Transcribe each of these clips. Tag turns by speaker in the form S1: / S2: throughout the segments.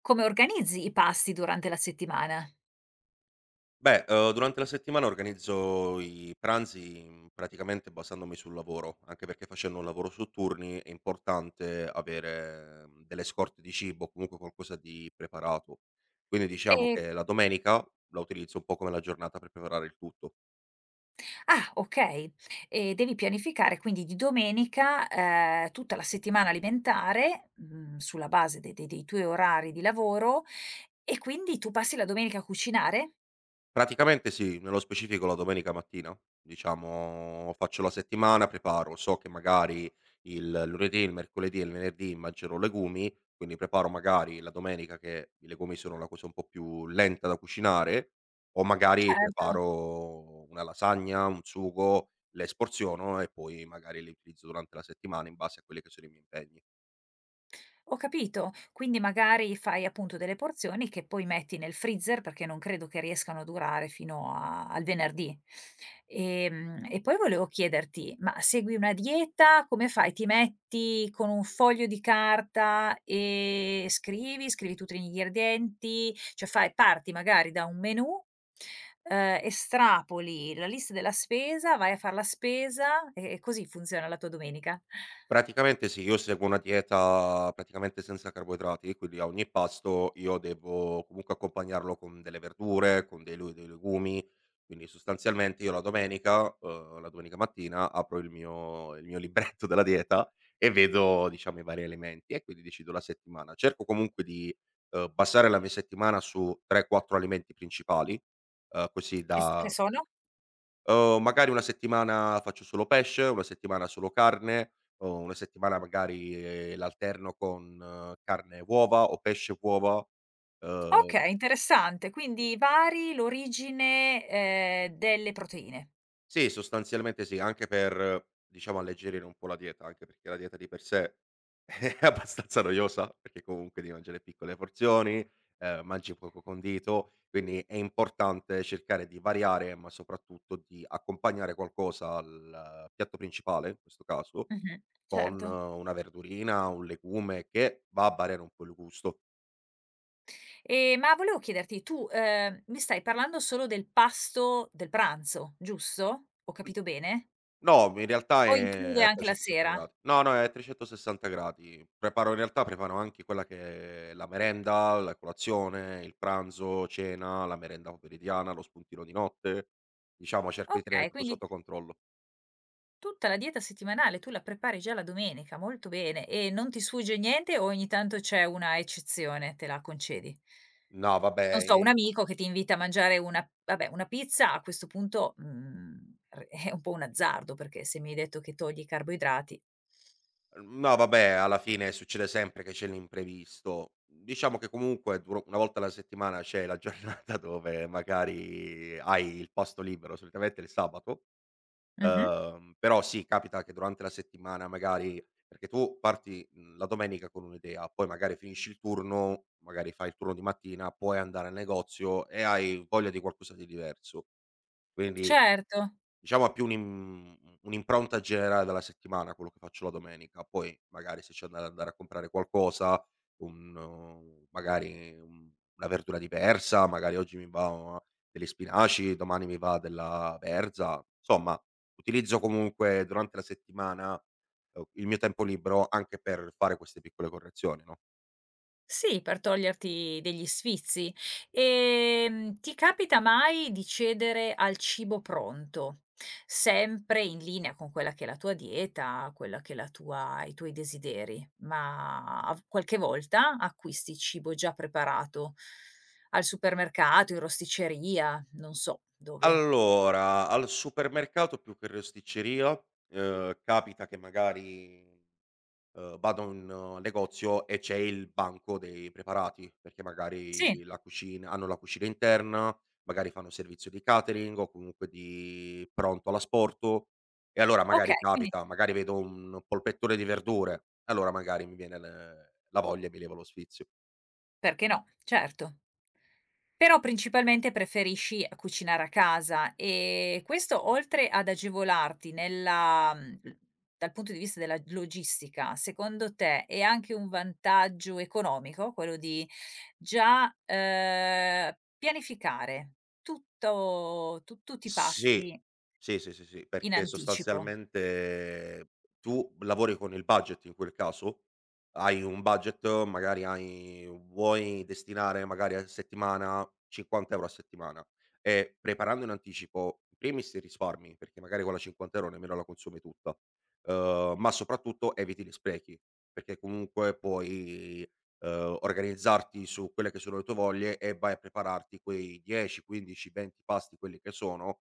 S1: Come organizzi i pasti durante la settimana?
S2: Durante la settimana organizzo i pranzi, praticamente basandomi sul lavoro, anche perché facendo un lavoro su turni è importante avere, delle scorte di cibo, o comunque qualcosa di preparato. Quindi diciamo
S1: E
S2: che la domenica la utilizzo un po' come la giornata per preparare il tutto.
S1: ah, okay. E devi pianificare quindi di domenica, tutta la settimana alimentare, mhmm, sulla base de de dei tuoi orari di lavoro e quindi tu passi la domenica a cucinare?
S2: Praticamente sì, nello specifico la domenica mattina, diciamo faccio la settimana, preparo, so che magari il lunedì, il mercoledì e il venerdì mangerò legumi, quindi preparo magari la domenica che i legumi sono una cosa un po' più lenta da cucinare, o magari
S1: Certo.
S2: preparo una lasagna, un sugo, le sporziono e poi magari le utilizzo durante la settimana in base a quelli che sono i miei impegni.
S1: Ho capito, quindi magari fai appunto delle porzioni che poi metti nel freezer perché non credo che riescano a durare fino a al venerdì. E poi volevo chiederti, ma segui una dieta? Come fai? Ti metti con un foglio di carta e scrivi, scrivi tutti gli ingredienti, cioè fai parti magari da un menù, estrapoli la lista della spesa, vai a far la spesa e così funziona la tua domenica.
S2: Praticamente sì, io seguo una dieta praticamente senza carboidrati, quindi a ogni pasto io devo comunque accompagnarlo con delle verdure, con dei, dei legumi, quindi sostanzialmente io la domenica mattina apro il mio libretto della dieta e vedo diciamo i vari elementi e quindi decido la settimana. Cerco comunque di basare la mia settimana su 3-4 alimenti principali, così
S1: Che
S2: da
S1: sono?
S2: Magari una settimana faccio solo pesce, una settimana solo carne, o una settimana magari l'alterno con carne e uova o pesce e uova. Uhm,
S1: Okay, interessante. Quindi vari l'origine, delle proteine.
S2: sì, sostanzialmente sì, anche per, diciamo, alleggerire un po' la dieta, anche perché la dieta di per sé è abbastanza noiosa, perché comunque devi mangiare piccole porzioni, mangi poco condito, quindi è importante cercare di variare, ma soprattutto di accompagnare qualcosa al piatto principale, in questo caso,
S1: Mh-mh,
S2: con
S1: certo.
S2: una verdurina, un legume che va a variare un po' il gusto.
S1: Ma volevo chiederti, tu, mi stai parlando solo del pasto del pranzo, giusto? Ho
S2: N
S1: capito bene?
S2: No, in realtà
S1: O
S2: è
S1: include
S2: a
S1: anche la
S2: 360
S1: sera?
S2: gradi. No, no, è a 360 gradi. Preparo in realtà preparo anche quella che è la merenda, la colazione, il pranzo, cena, la merenda pomeridiana, lo spuntino di notte. Diciamo cerco di tenere
S1: Okay,
S2: tutto
S1: quindi
S2: sotto controllo.
S1: tutta la dieta settimanale tu la prepari già la domenica, molto bene. E non ti sfugge niente o ogni tanto c'è una eccezione, te la concedi?
S2: No, vabbè.
S1: Non so, un
S2: eh,
S1: amico che ti invita a mangiare una vabbè, una pizza a questo punto, mhmm, r è un po' un azzardo, perché se mi hai detto che togli i carboidrati
S2: No vabbè, alla fine succede sempre che c'è l'imprevisto. Diciamo che comunque duro una volta alla settimana c'è la giornata dove magari hai il posto libero, solitamente il sabato,
S1: mh-mh,
S2: però sì, capita che durante la settimana magari perché tu parti, la domenica con un'idea, poi magari finisci il turno, magari fai il turno di mattina, puoi andare al negozio e hai voglia di qualcosa di diverso. Quindi
S1: certo.
S2: diciamo ha più un'impronta generale della settimana quello che faccio la domenica, poi magari se c'è da andare a comprare qualcosa, un magari un una verdura diversa, magari oggi mi va degli spinaci, domani mi va della verza, insomma utilizzo comunque durante la settimana, il mio tempo libero anche per fare queste piccole correzioni, no?
S1: Sì, per toglierti degli sfizi. Ti capita mai di cedere al cibo pronto? Sempre in linea con quella che è la tua dieta, quella che è la tua i tuoi desideri, ma av qualche volta acquisti cibo già preparato al supermercato, in rosticceria, non so dove.
S2: Allora, al supermercato più che rosticceria, capita che magari vado in negozio e c'è il banco dei preparati, perché
S1: Sì,
S2: magari la cucina hanno la cucina interna, magari fanno servizio di catering o comunque di pronto all'asporto, e allora
S1: okay,
S2: magari
S1: quindi
S2: capita, magari vedo un polpettone di verdure, allora magari mi viene l la voglia e mi levo lo sfizio.
S1: perché no, certo. Però principalmente preferisci cucinare a casa e questo oltre ad agevolarti nella mhmm, dal punto di vista della logistica, secondo te è anche un vantaggio economico quello di già, pianificare tutto tu tutti i
S2: Sì,
S1: pasti
S2: sì, sì, sì, sì,
S1: in
S2: perché
S1: anticipo?
S2: sostanzialmente tu lavori con il budget in quel caso, hai un budget, magari hai vuoi destinare magari a settimana 50 € a settimana e preparando in anticipo, in primis ti risparmi, perché magari quella 50 € nemmeno la consumi tutta, ma soprattutto eviti gli sprechi, perché comunque puoi, organizzarti su quelle che sono le tue voglie e vai a prepararti quei 10, 15, 20 pasti, quelli che sono,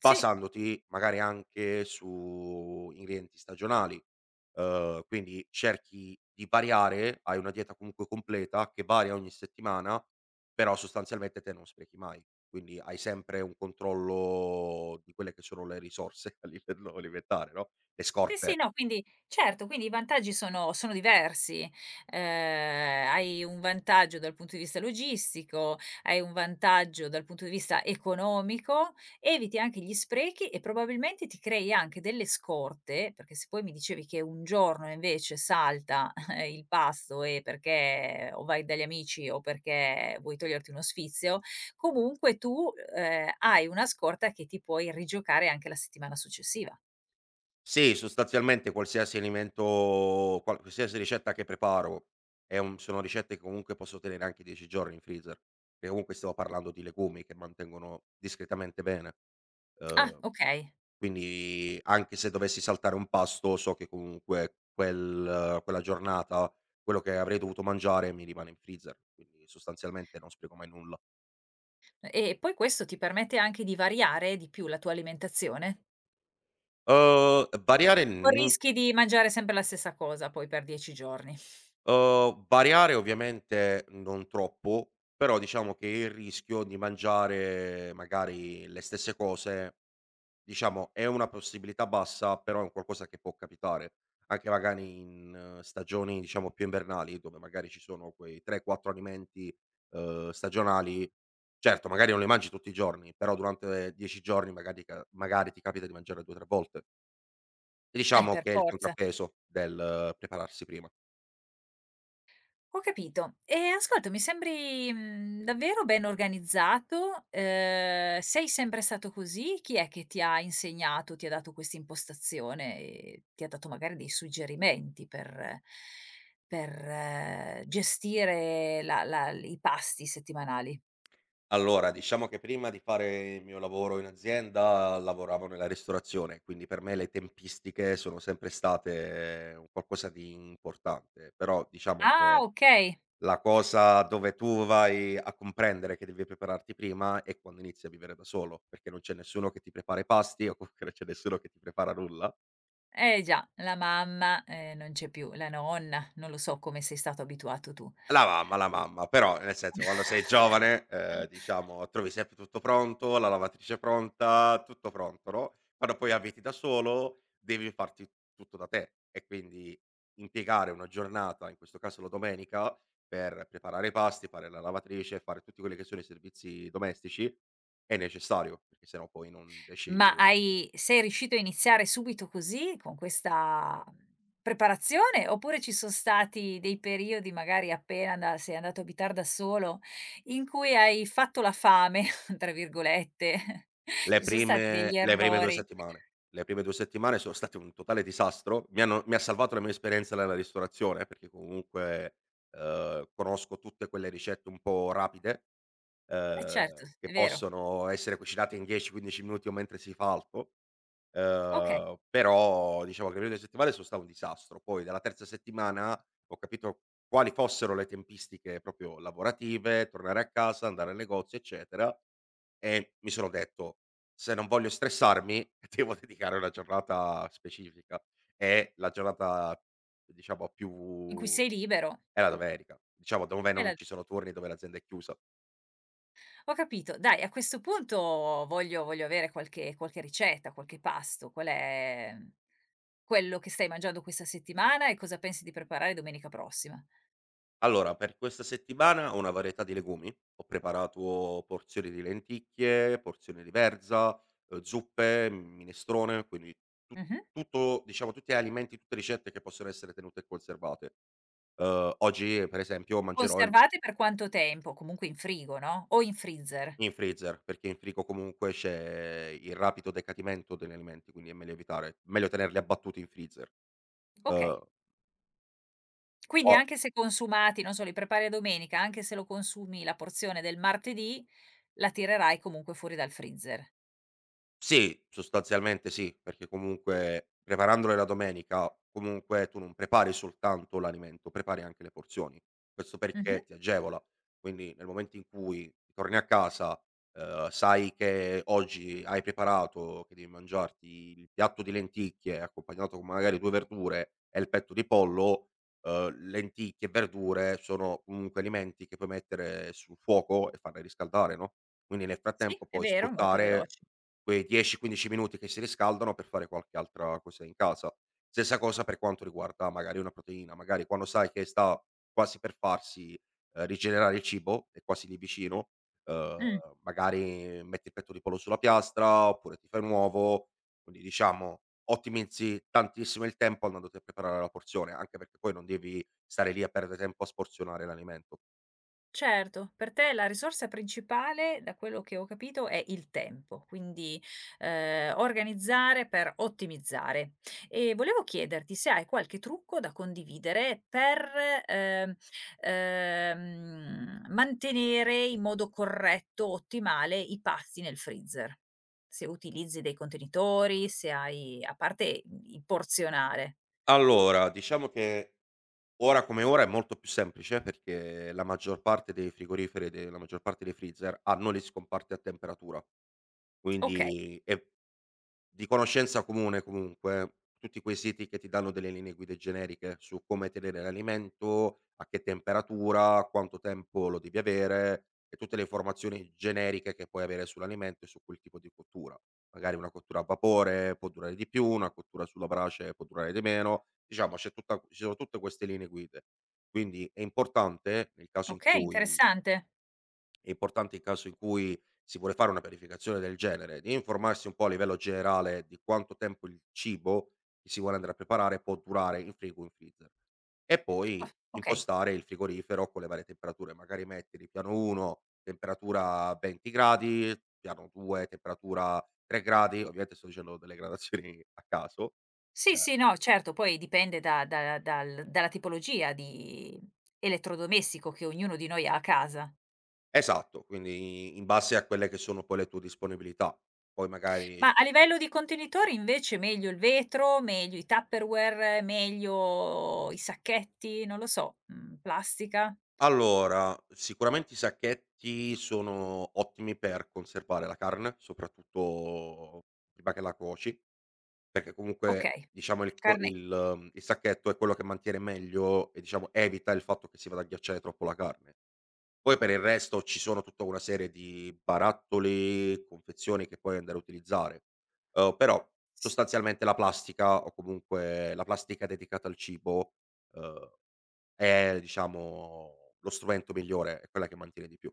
S1: Sì.
S2: basandoti magari anche su ingredienti stagionali, quindi cerchi di variare, hai una dieta comunque completa che varia ogni settimana, però sostanzialmente te non sprechi mai, quindi hai sempre un controllo di quelle che sono le risorse a livello alimentare, no, le
S1: Sì, sì,
S2: scorte.
S1: no, quindi certo, quindi i vantaggi sono diversi. Hai un vantaggio dal punto di vista logistico, hai un vantaggio dal punto di vista economico, eviti anche gli sprechi e probabilmente ti crei anche delle scorte, perché se poi mi dicevi che un giorno invece salta il pasto e perché o vai dagli amici o perché vuoi toglierti uno sfizio, comunque tu, hai una scorta che ti puoi rigiocare anche la settimana successiva.
S2: Sì, sostanzialmente qualsiasi alimento qual qualsiasi ricetta che preparo è un sono ricette che comunque posso tenere anche 10 giorni in freezer, perché comunque stiamo parlando di legumi che mantengono discretamente bene.
S1: Ah,
S2: Uhm,
S1: okay.
S2: quindi anche se dovessi saltare un pasto so che comunque quella giornata, quello che avrei dovuto mangiare mi rimane in freezer, quindi sostanzialmente non spreco mai nulla.
S1: E poi questo ti permette anche di variare di più la tua alimentazione?
S2: Uhm, variare
S1: O
S2: non
S1: rischi di mangiare sempre la stessa cosa poi per 10 giorni?
S2: Variare ovviamente non troppo, però diciamo che il rischio di mangiare magari le stesse cose, diciamo è una possibilità bassa, però è un qualcosa che può capitare, anche magari in stagioni diciamo più invernali, dove magari ci sono quei 3, 4 alimenti, stagionali. Certo, magari non li mangi tutti i giorni, però durante 10 giorni magari ti capita di mangiare 2, 3 volte. E diciamo
S1: Per
S2: che è il
S1: forza.
S2: contrappeso del prepararsi prima.
S1: Ho capito. E ascolta, mi sembri, mhmm, davvero ben organizzato. Sei sempre stato così? Chi è che ti ha insegnato, ti ha dato questa impostazione e ti ha dato magari dei suggerimenti per gestire la i pasti settimanali?
S2: Allora, diciamo che prima di fare il mio lavoro in azienda lavoravo nella ristorazione, quindi per me le tempistiche sono sempre state un qualcosa di importante, però diciamo
S1: Ah,
S2: che
S1: okay.
S2: la cosa dove tu vai a comprendere che devi prepararti prima è quando inizi a vivere da solo, perché non c'è nessuno che ti prepara i pasti o comunque non c'è nessuno che ti prepara nulla.
S1: Eh già, la mamma, non c'è più, la nonna, non lo so come sei stato abituato tu.
S2: La mamma, però nel senso quando sei giovane, diciamo trovi sempre tutto pronto, la lavatrice pronta, tutto pronto, no, quando poi abiti da solo devi farti tutto da te e quindi impiegare una giornata, in questo caso la domenica, per preparare i pasti, fare la lavatrice, fare tutti quelli che sono i servizi domestici è necessario, perché se no poi non riesci.
S1: Ma hai sei riuscito a iniziare subito così, con questa, mhmm, preparazione, oppure ci son stati dei periodi, magari appena anda sei andato a abitar da solo, in cui hai "fatto la fame" tra virgolette,
S2: Le
S1: ci son stati
S2: prime
S1: degli
S2: le prime 2
S1: errori
S2: settimane. Le prime 2 settimane sono state un totale disastro. Mi ha salvato la mia esperienza nella ristorazione, perché comunque, conosco tutte quelle ricette un po' rapide,
S1: eh certo,
S2: che
S1: è vero.
S2: possono essere cucinate in 10, 15 minuti o mentre si fa altro.
S1: Okay,
S2: Però diciamo che le prime 2 settimane sono state un disastro. Poi dalla terza settimana ho capito quali fossero le tempistiche proprio lavorative, tornare a casa, andare al negozio, eccetera. E mi sono detto: "Se non voglio stressarmi, devo dedicare una giornata specifica." E la giornata, diciamo,
S1: in cui
S2: più
S1: sei libero.
S2: è la domenica. Diciamo, dove
S1: È
S2: non
S1: la
S2: ci sono turni, dove l'azienda è chiusa.
S1: Ho capito. Dai, a questo punto voglio avere qualche ricetta, qualche pasto. Qual è mm, quello che stai mangiando questa settimana e cosa pensi di preparare domenica prossima?
S2: Allora, per questa settimana ho una varietà di legumi. Ho preparato porzioni di lenticchie, porzioni di verza, zuppe, minestrone, quindi tu
S1: Mh-mh.
S2: tutto diciamo, tutti gli alimenti, tutte le ricette che possono essere tenute e conservate. Oggi, per esempio, mangerò il...
S1: Conservate per quanto tempo? Comunque in frigo, no, o in freezer?
S2: In freezer, perché in frigo comunque c'è il rapido decadimento degli alimenti, quindi è meglio evitare, meglio tenerli abbattuti in freezer. Uhm,
S1: Okay. Quindi
S2: o
S1: anche se consumati, non so, li prepari a domenica, anche se lo consumi la porzione del martedì, la tirerai comunque fuori dal freezer.
S2: Sì, sostanzialmente sì, perché comunque preparandole la domenica, comunque tu non prepari soltanto l'alimento, prepari anche le porzioni. Questo
S1: Mh-mh.
S2: perché ti agevola. Quindi nel momento in cui torni a casa, sai che oggi hai preparato che devi mangiarti il piatto di lenticchie accompagnato con magari 2 verdure e il petto di pollo, lenticchie e verdure sono comunque alimenti che puoi mettere sul fuoco e farle riscaldare, no, quindi nel
S1: Sì,
S2: frattempo
S1: è
S2: puoi
S1: vero, molto
S2: sfruttare
S1: veloce.
S2: quei 10, 15 minuti che si riscaldano per fare qualche altra cosa in casa. Stessa cosa per quanto riguarda magari una proteina, magari quando sai che sta quasi per farsi, rigenerare il cibo, è quasi lì vicino, ehm,
S1: Mh.
S2: magari metti il petto di pollo sulla piastra, oppure ti fai un uovo, quindi diciamo ottimizzi tantissimo il tempo andandoti a preparare la porzione, anche perché poi non devi stare lì a perdere tempo a sporzionare l'alimento.
S1: Certo, per te la risorsa principale, da quello che ho capito, è il tempo, quindi, organizzare per ottimizzare. E volevo chiederti se hai qualche trucco da condividere per, ehm, mantenere in modo corretto, ottimale i pasti nel freezer. Se utilizzi dei contenitori, se hai a parte, mhmm, il porzionale.
S2: Allora, diciamo che ora come ora è molto più semplice perché la maggior parte dei frigoriferi e de la maggior parte dei freezer hanno le scomparte a temperatura,
S1: Okay,
S2: quindi è di conoscenza comune comunque, tutti quei siti che ti danno delle linee guida generiche su come tenere l'alimento, a che temperatura, quanto tempo lo devi avere e tutte le informazioni generiche che puoi avere sull'alimento e su quel tipo di cottura. Magari una cottura a vapore può durare di più, una cottura sulla brace può durare di meno, diciamo c'è tutta ci sono tutte queste linee guide. Quindi
S1: okay, interessante.
S2: è importante in caso in cui si vuole fare una pianificazione del genere, di informarsi un po' a livello generale di quanto tempo il cibo che si vuole andare a preparare può durare in frigo o in freezer. E
S1: Oh,
S2: poi
S1: okay.
S2: impostare il frigorifero con le varie temperature, magari mettere piano 1 temperatura 20 gradi, piano 2 temperatura 3 gradi, ovviamente sto dicendo delle gradazioni a caso.
S1: Sì,
S2: Ehm
S1: sì, no, certo, poi dipende da dalla tipologia di elettrodomestico che ognuno di noi ha a casa.
S2: esatto, quindi in base a quelle che sono poi le tue disponibilità. Poi magari...
S1: Ma a livello di contenitori invece meglio il vetro, meglio i Tupperware, meglio i sacchetti, non lo so, mhmm, plastica?
S2: Allora, sicuramente i sacchetti sono ottimi per conservare la carne, soprattutto prima che la cuoci, perché comunque
S1: Okay,
S2: diciamo il co
S1: carne
S2: il sacchetto è quello che mantiene meglio e diciamo evita il fatto che si vada a ghiacciare troppo la carne. Poi per il resto ci sono tutta una serie di barattoli, confezioni che puoi andare a utilizzare, però
S1: s
S2: sostanzialmente la plastica o comunque la plastica dedicata al cibo, uhm è diciamo lo strumento migliore, è quella che mantiene di più.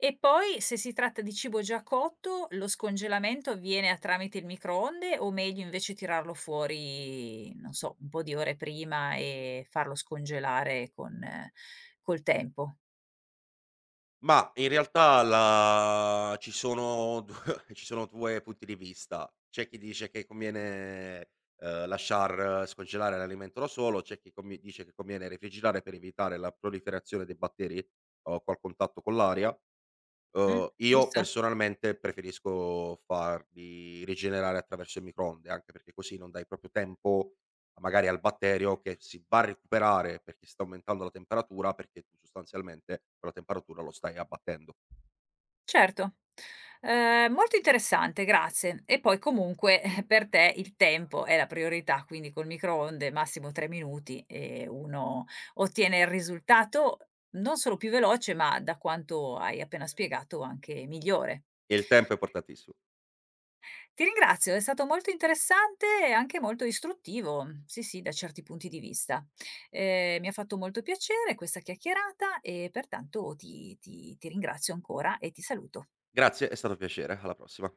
S1: E poi se si tratta di cibo già cotto, lo scongelamento avviene a tramite il microonde o meglio invece tirarlo fuori, non so, un po' di ore prima e farlo scongelare con col tempo,
S2: Ma in realtà la Ci sono du ci sono 2 punti di vista. C'è chi dice che conviene, lasciar scongelare l'alimento da solo, c'è chi convi dice che conviene refrigerare per evitare la proliferazione dei batteri o col contatto con l'aria.
S1: mh,
S2: Io
S1: giusto?
S2: personalmente preferisco farli rigenerare attraverso il microonde, anche perché così non dai proprio tempo magari al batterio che si va a recuperare perché sta aumentando la temperatura, perché tu sostanzialmente con la temperatura lo stai abbattendo.
S1: Certo. Molto interessante, grazie. E poi comunque per te il tempo è la priorità, quindi col microonde massimo 3 minuti e uno ottiene il risultato non solo più veloce, ma da quanto hai appena spiegato anche migliore.
S2: E il tempo è importantissimo.
S1: Ti ringrazio, è stato molto interessante e anche molto istruttivo, sì, sì, da certi punti di vista. Mi ha fatto molto piacere questa chiacchierata e pertanto ti ringrazio ancora e ti saluto.
S2: Grazie, è stato un piacere, alla prossima.